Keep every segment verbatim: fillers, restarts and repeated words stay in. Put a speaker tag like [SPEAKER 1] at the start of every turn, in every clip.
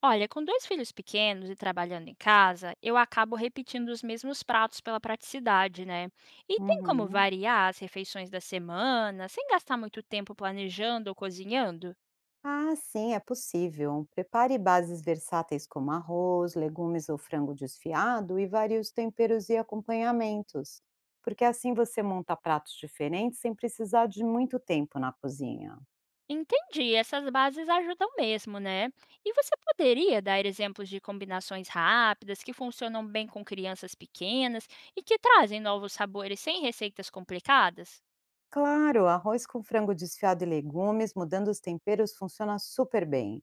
[SPEAKER 1] Olha, com dois filhos pequenos e trabalhando em casa, eu acabo repetindo os mesmos pratos pela praticidade, né? E tem como
[SPEAKER 2] Uhum.
[SPEAKER 1] variar as refeições da semana sem gastar muito tempo planejando ou cozinhando?
[SPEAKER 2] Ah, sim, é possível. Prepare bases versáteis como arroz, legumes ou frango desfiado e varie os temperos e acompanhamentos, porque assim você monta pratos diferentes sem precisar de muito tempo na cozinha.
[SPEAKER 1] Entendi, essas bases ajudam mesmo, né? E você poderia dar exemplos de combinações rápidas que funcionam bem com crianças pequenas e que trazem novos sabores sem receitas complicadas?
[SPEAKER 2] Claro, arroz com frango desfiado e legumes, mudando os temperos, funciona super bem.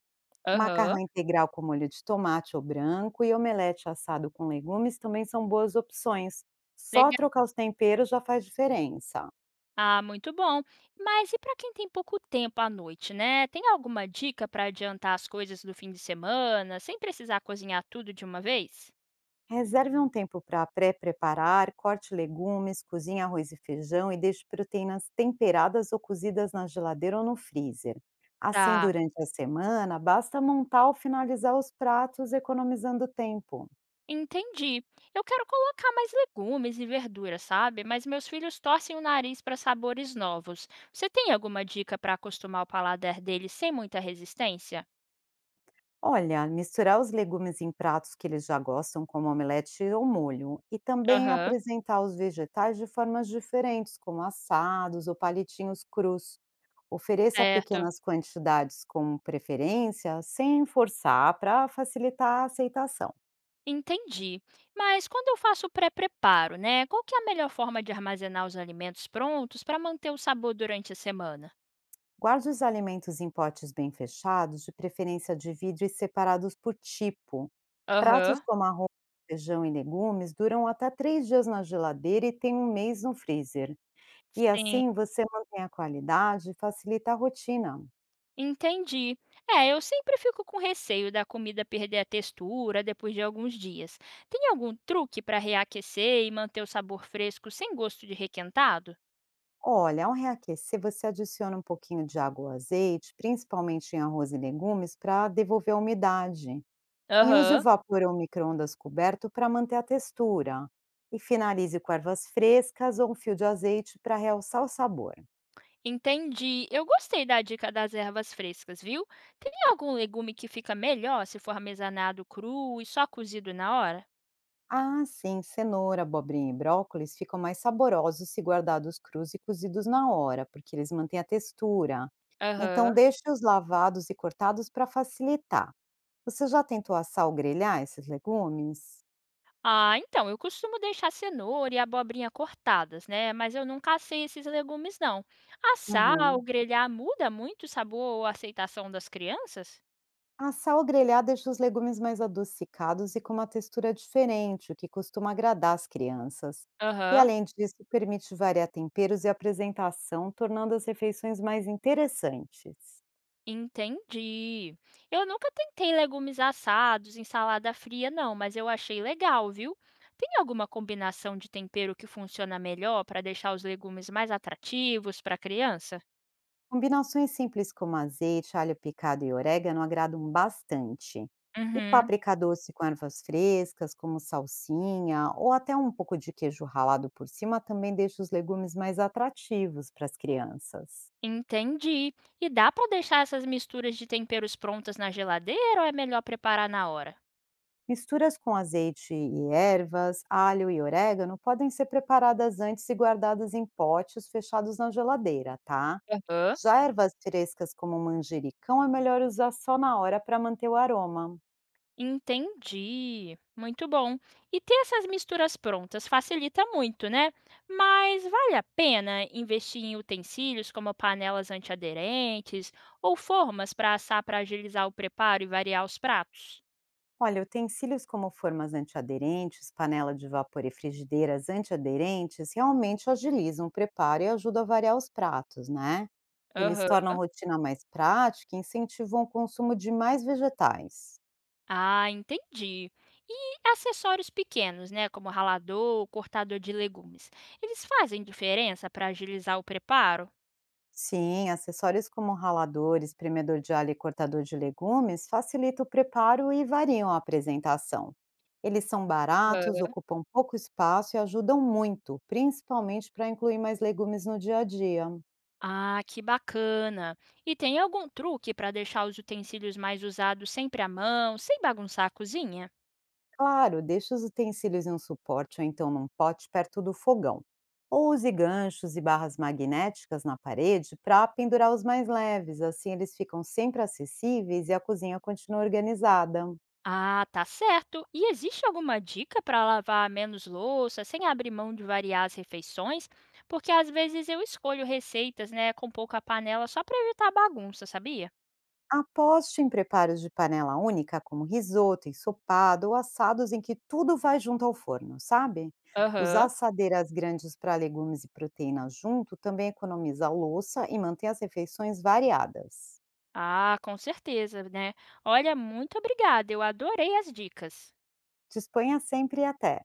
[SPEAKER 2] Macarrão
[SPEAKER 1] Aham,
[SPEAKER 2] integral com molho de tomate ou branco e omelete assado com legumes também são boas opções. Só
[SPEAKER 1] legal.
[SPEAKER 2] trocar os temperos já faz diferença.
[SPEAKER 1] Ah, muito bom. Mas e para quem tem pouco tempo à noite, né? Tem alguma dica para adiantar as coisas do fim de semana, sem precisar cozinhar tudo de uma vez?
[SPEAKER 2] Reserve um tempo para pré-preparar, corte legumes, cozinhe arroz e feijão e deixe proteínas temperadas ou cozidas na geladeira ou no freezer. Assim,
[SPEAKER 1] Tá.
[SPEAKER 2] durante a semana, basta montar ou finalizar os pratos, economizando tempo.
[SPEAKER 1] Entendi. Eu quero colocar mais legumes e verduras, sabe? Mas meus filhos torcem o nariz para sabores novos. Você tem alguma dica para acostumar o paladar deles sem muita resistência?
[SPEAKER 2] Olha, misturar os legumes em pratos que eles já gostam, como omelete ou molho, e também
[SPEAKER 1] Aham,
[SPEAKER 2] apresentar os vegetais de formas diferentes, como assados ou palitinhos crus. Ofereça
[SPEAKER 1] certo.
[SPEAKER 2] pequenas quantidades como preferência, sem forçar, para facilitar a aceitação.
[SPEAKER 1] Entendi. Mas quando eu faço o pré-preparo, né? Qual que é a melhor forma de armazenar os alimentos prontos para manter o sabor durante a semana?
[SPEAKER 2] Guarde os alimentos em potes bem fechados, de preferência de vidro e separados por tipo. Pratos
[SPEAKER 1] Aham.
[SPEAKER 2] como arroz, feijão e legumes duram até três dias na geladeira e têm um mês no freezer. E
[SPEAKER 1] Sim.
[SPEAKER 2] assim você mantém a qualidade e facilita a rotina.
[SPEAKER 1] Entendi. É, eu sempre fico com receio da comida perder a textura depois de alguns dias. Tem algum truque para reaquecer e manter o sabor fresco sem gosto de requentado?
[SPEAKER 2] Olha, ao reaquecer, você adiciona um pouquinho de água ou azeite, principalmente em arroz e legumes, para devolver a umidade. E use o
[SPEAKER 1] Aham.
[SPEAKER 2] vapor ou micro-ondas coberto para manter a textura. E finalize com ervas frescas ou um fio de azeite para realçar o sabor.
[SPEAKER 1] Entendi. Eu gostei da dica das ervas frescas, viu? Tem algum legume que fica melhor se for armazenado cru e só cozido na hora?
[SPEAKER 2] Ah, sim, cenoura, abobrinha e brócolis ficam mais saborosos se guardados crus e cozidos na hora, porque eles mantêm a textura.
[SPEAKER 1] Aham.
[SPEAKER 2] Então, deixe-os lavados e cortados para facilitar. Você já tentou assar ou grelhar esses legumes?
[SPEAKER 1] Ah, então, eu costumo deixar cenoura e abobrinha cortadas, né? Mas eu nunca assei esses legumes, não. Assar ou
[SPEAKER 2] Uhum.
[SPEAKER 1] grelhar muda muito o sabor ou a aceitação das crianças?
[SPEAKER 2] Assar ou grelhar deixa os legumes mais adocicados e com uma textura diferente, o que costuma agradar as crianças. E
[SPEAKER 1] Aham.
[SPEAKER 2] além disso, permite variar temperos e apresentação, tornando as refeições mais interessantes.
[SPEAKER 1] Entendi. Eu nunca tentei legumes assados em salada fria, não, mas eu achei legal, viu? Tem alguma combinação de tempero que funciona melhor para deixar os legumes mais atrativos para a criança?
[SPEAKER 2] Combinações simples como azeite, alho picado e orégano agradam bastante. E
[SPEAKER 1] Uhum.
[SPEAKER 2] páprica doce com ervas frescas, como salsinha, ou até um pouco de queijo ralado por cima, também deixa os legumes mais atrativos para as crianças.
[SPEAKER 1] Entendi. E dá para deixar essas misturas de temperos prontas na geladeira ou é melhor preparar na hora?
[SPEAKER 2] Misturas com azeite e ervas, alho e orégano podem ser preparadas antes e guardadas em potes fechados na geladeira, tá?
[SPEAKER 1] Aham.
[SPEAKER 2] Já ervas frescas como manjericão é melhor usar só na hora para manter o aroma.
[SPEAKER 1] Entendi. Muito bom. E ter essas misturas prontas facilita muito, né? Mas vale a pena investir em utensílios como panelas antiaderentes ou formas para assar para agilizar o preparo e variar os pratos?
[SPEAKER 2] Olha, utensílios como formas antiaderentes, panela de vapor e frigideiras antiaderentes realmente agilizam o preparo e ajudam a variar os pratos, né? Eles
[SPEAKER 1] Aham.
[SPEAKER 2] tornam a rotina mais prática e incentivam o consumo de mais vegetais.
[SPEAKER 1] Ah, entendi. E acessórios pequenos, né, como ralador cortador de legumes, eles fazem diferença para agilizar o preparo?
[SPEAKER 2] Sim, acessórios como ralador, espremedor de alho e cortador de legumes facilitam o preparo e variam a apresentação. Eles são baratos,
[SPEAKER 1] Aham.
[SPEAKER 2] ocupam pouco espaço e ajudam muito, principalmente para incluir mais legumes no dia a dia.
[SPEAKER 1] Ah, que bacana! E tem algum truque para deixar os utensílios mais usados sempre à mão, sem bagunçar a cozinha?
[SPEAKER 2] Claro, deixe os utensílios em um suporte ou então num pote perto do fogão. Ou use ganchos e barras magnéticas na parede para pendurar os mais leves, assim eles ficam sempre acessíveis e a cozinha continua organizada.
[SPEAKER 1] Ah, tá certo. E existe alguma dica para lavar menos louça, sem abrir mão de variar as refeições? Porque às vezes eu escolho receitas, né, com pouca panela só para evitar bagunça, sabia?
[SPEAKER 2] Aposte em preparos de panela única, como risoto, ensopado ou assados em que tudo vai junto ao forno, sabe? Usar
[SPEAKER 1] Aham.
[SPEAKER 2] assadeiras grandes para legumes e proteínas junto também economiza louça e mantém as refeições variadas.
[SPEAKER 1] Ah, com certeza, né? Olha, muito obrigada. Eu adorei as dicas.
[SPEAKER 2] Disponha sempre e até!